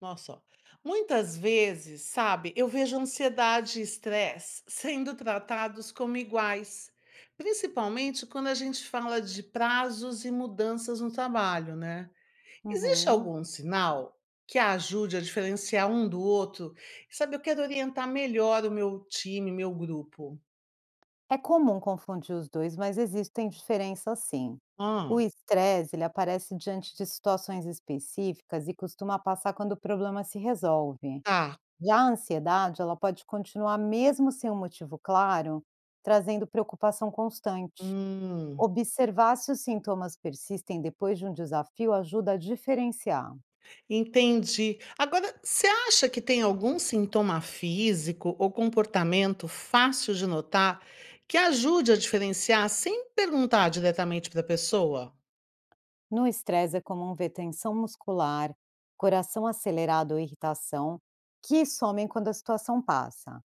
Nossa, ó. Muitas vezes, sabe, eu vejo ansiedade e estresse sendo tratados como iguais, principalmente quando a gente fala de prazos e mudanças no trabalho, né? Existe Uhum. algum sinal que ajude a diferenciar um do outro? Sabe, eu quero orientar melhor o meu time, meu grupo. É comum confundir os 2, mas existem diferenças sim. O Ah, estresse, ele aparece diante de situações específicas e costuma passar quando o problema se resolve. tá. Já a ansiedade, ela pode continuar mesmo sem um motivo claro, trazendo preocupação constante. Hum. Observar se os sintomas persistem depois de um desafio ajuda a diferenciar. Entendi. Agora, você acha que tem algum sintoma físico ou comportamento fácil de notar que ajude a diferenciar sem perguntar diretamente para a pessoa? No estresse, é comum ver tensão muscular, coração acelerado ou irritação, que somem quando a situação passa.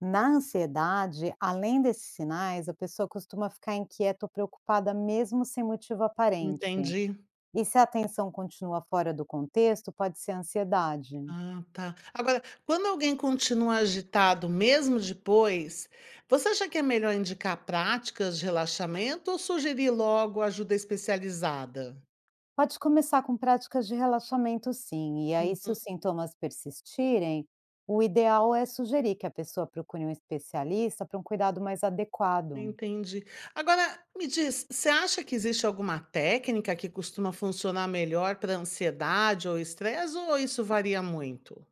Na ansiedade, além desses sinais, a pessoa costuma ficar inquieta ou preocupada mesmo sem motivo aparente. Entendi. E se a atenção continua fora do contexto, pode ser ansiedade. Ah, tá. Agora, quando alguém continua agitado mesmo depois, você acha que é melhor indicar práticas de relaxamento ou sugerir logo ajuda especializada? Pode começar com práticas de relaxamento, sim, e aí, se os sintomas persistirem, o ideal é sugerir que a pessoa procure um especialista para um cuidado mais adequado. Entendi. Agora, me diz, você acha que existe alguma técnica que costuma funcionar melhor para ansiedade ou estresse, ou isso varia muito?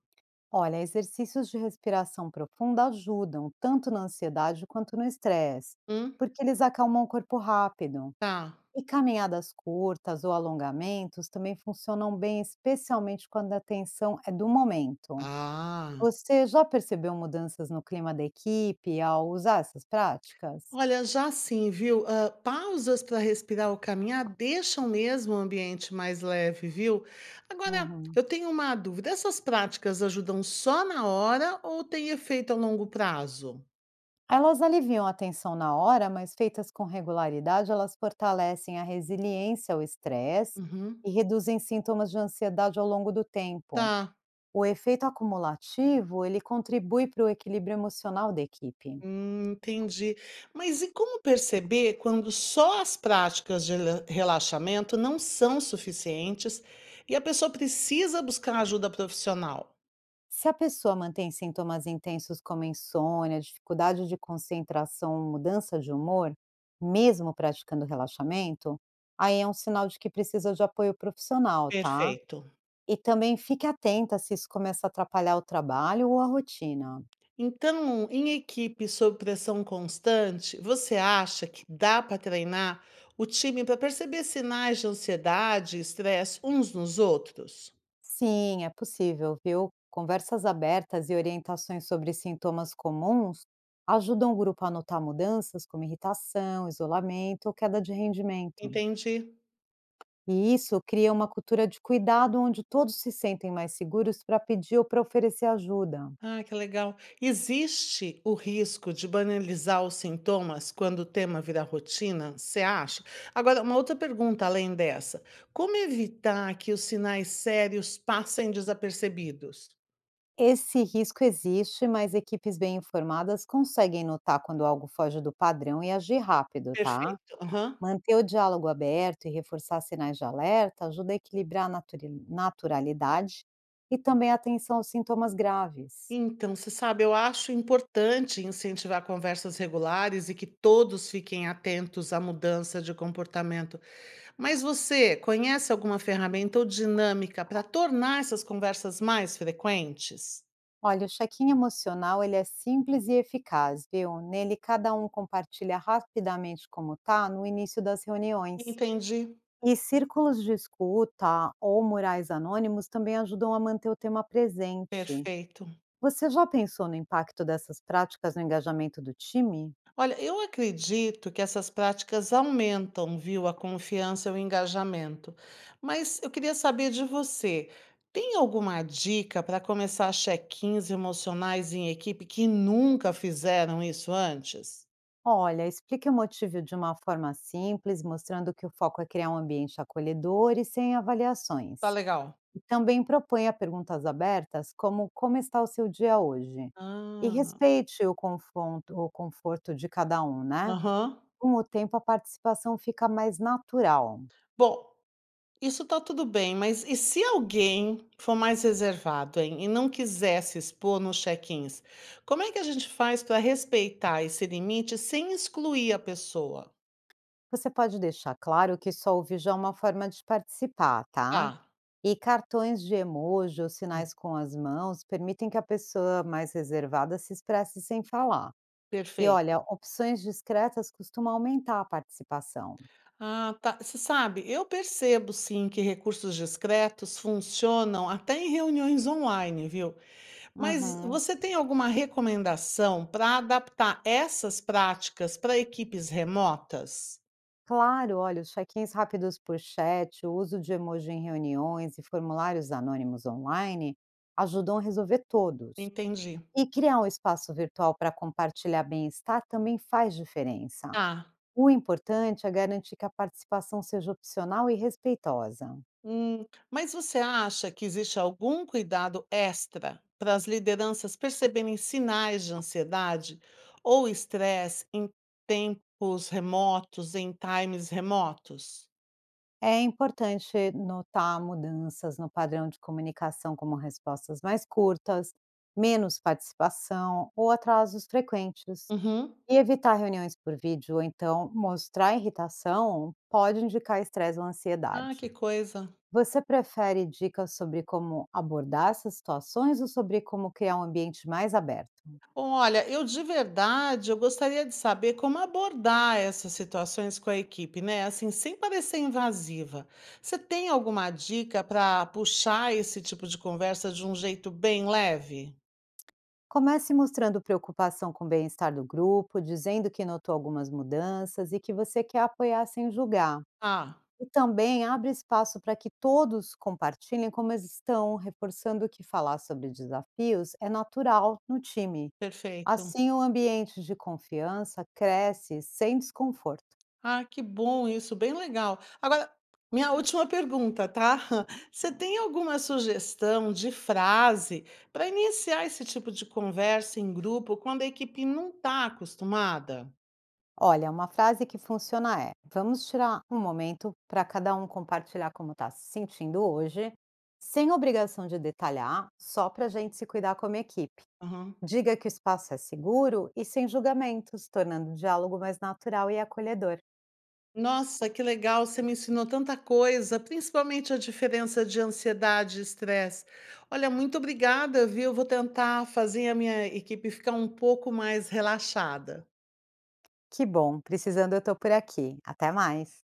Olha, exercícios de respiração profunda ajudam, tanto na ansiedade quanto no estresse, Hum, porque eles acalmam o corpo rápido. tá. E caminhadas curtas ou alongamentos também funcionam bem, especialmente quando a tensão é do momento. Ah, Você já percebeu mudanças no clima da equipe ao usar essas práticas? olha, já sim, viu? Ah, pausas para respirar ou caminhar deixam mesmo o ambiente mais leve, viu? Agora, Uhum. eu tenho uma dúvida: essas práticas ajudam só na hora ou têm efeito a longo prazo? Elas aliviam a tensão na hora, mas feitas com regularidade, elas fortalecem a resiliência ao estresse Uhum, e reduzem sintomas de ansiedade ao longo do tempo. tá. O efeito acumulativo, ele contribui para o equilíbrio emocional da equipe. Entendi. Mas e como perceber quando só as práticas de relaxamento não são suficientes e a pessoa precisa buscar ajuda profissional? Se a pessoa mantém sintomas intensos como insônia, dificuldade de concentração, mudança de humor, mesmo praticando relaxamento, aí é um sinal de que precisa de apoio profissional, tá? Perfeito. E também fique atenta se isso começa a atrapalhar o trabalho ou a rotina. Então, em equipe sob pressão constante, você acha que dá para treinar o time para perceber sinais de ansiedade e estresse uns nos outros? Sim, é possível, viu? Conversas abertas e orientações sobre sintomas comuns ajudam o grupo a notar mudanças como irritação, isolamento ou queda de rendimento. Entendi. E isso cria uma cultura de cuidado onde todos se sentem mais seguros para pedir ou para oferecer ajuda. Ah, que legal. Existe o risco de banalizar os sintomas quando o tema vira rotina, você acha? Agora, uma outra pergunta além dessa. Como evitar que os sinais sérios passem desapercebidos? Esse risco existe, mas equipes bem informadas conseguem notar quando algo foge do padrão e agir rápido, tá? Perfeito. Aham. Manter o diálogo aberto e reforçar sinais de alerta ajuda a equilibrar a naturalidade e também a atenção aos sintomas graves. Então, você sabe, eu acho importante incentivar conversas regulares e que todos fiquem atentos à mudança de comportamento. Mas você conhece alguma ferramenta ou dinâmica para tornar essas conversas mais frequentes? Olha, o check-in emocional ele é simples e eficaz, viu? Nele cada um compartilha rapidamente como tá no início das reuniões. Entendi, E círculos de escuta ou murais anônimos também ajudam a manter o tema presente. perfeito. Você já pensou no impacto dessas práticas no engajamento do time? Olha, eu acredito que essas práticas aumentam, viu, a confiança e o engajamento. Mas eu queria saber de você, tem alguma dica para começar check-ins emocionais em equipe que nunca fizeram isso antes? Olha, explique o motivo de uma forma simples, mostrando que o foco é criar um ambiente acolhedor e sem Tá avaliações. legal. E também proponha perguntas abertas, como: como está o seu dia hoje? E Ah, respeite o conforto de cada um, né? aham. Com o tempo, a participação fica mais natural. Bom, isso tá tudo bem, mas e se alguém for mais reservado, hein, e não quiser se expor nos check-ins, como é que a gente faz para respeitar esse limite sem excluir a pessoa? Você pode deixar claro que só o vídeo é uma forma de participar, Tá, tá? E cartões de emoji ou hum, sinais com as mãos permitem que a pessoa mais reservada se expresse sem falar. E perfeito. olha, opções discretas costumam aumentar a participação. Ah, tá. Você sabe, eu percebo sim que recursos discretos funcionam até em reuniões online, viu? Mas Uhum. você tem alguma recomendação para adaptar essas práticas para equipes remotas? Claro, olha, os check-ins rápidos por chat, o uso de emoji em reuniões e formulários anônimos online ajudam a resolver todos. Entendi. E criar um espaço virtual para compartilhar bem-estar também faz diferença. Tá. O importante é garantir que a participação seja opcional e respeitosa. Mas você acha que existe algum cuidado extra para as lideranças perceberem sinais de ansiedade ou estresse em tempos remotos, em times remotos? É importante notar mudanças no padrão de comunicação, como respostas mais curtas, menos participação ou atrasos frequentes. Uhum. E evitar reuniões por vídeo ou então mostrar irritação pode indicar estresse ou Ah, ansiedade. que coisa. Você prefere dicas sobre como abordar essas situações ou sobre como criar um ambiente mais aberto? Olha, eu de verdade, eu gostaria de saber como abordar essas situações com a equipe, né? Assim, sem parecer invasiva. Você tem alguma dica para puxar esse tipo de conversa de um jeito bem leve? Comece mostrando preocupação com o bem-estar do grupo, dizendo que notou algumas mudanças e que você quer apoiar sem julgar. Ah. E também abre espaço para que todos compartilhem como eles estão, reforçando que falar sobre desafios é natural no time. Perfeito. Assim, o ambiente de confiança cresce sem desconforto. Ah, que bom isso, bem legal. Agora, minha última pergunta, tá? Você tem alguma sugestão de frase para iniciar esse tipo de conversa em grupo quando a equipe não está acostumada? Olha, uma frase que funciona é: vamos tirar um momento para cada um compartilhar como está se sentindo hoje, sem obrigação de detalhar, só para a gente se cuidar como equipe. Aham. Diga que o espaço é seguro e sem julgamentos, tornando o diálogo mais natural e acolhedor. Nossa, que legal, você me ensinou tanta coisa, principalmente a diferença de ansiedade e estresse. Olha, muito obrigada, viu? Eu vou tentar fazer a minha equipe ficar um pouco mais relaxada. Que bom, precisando eu estou por aqui. Até mais.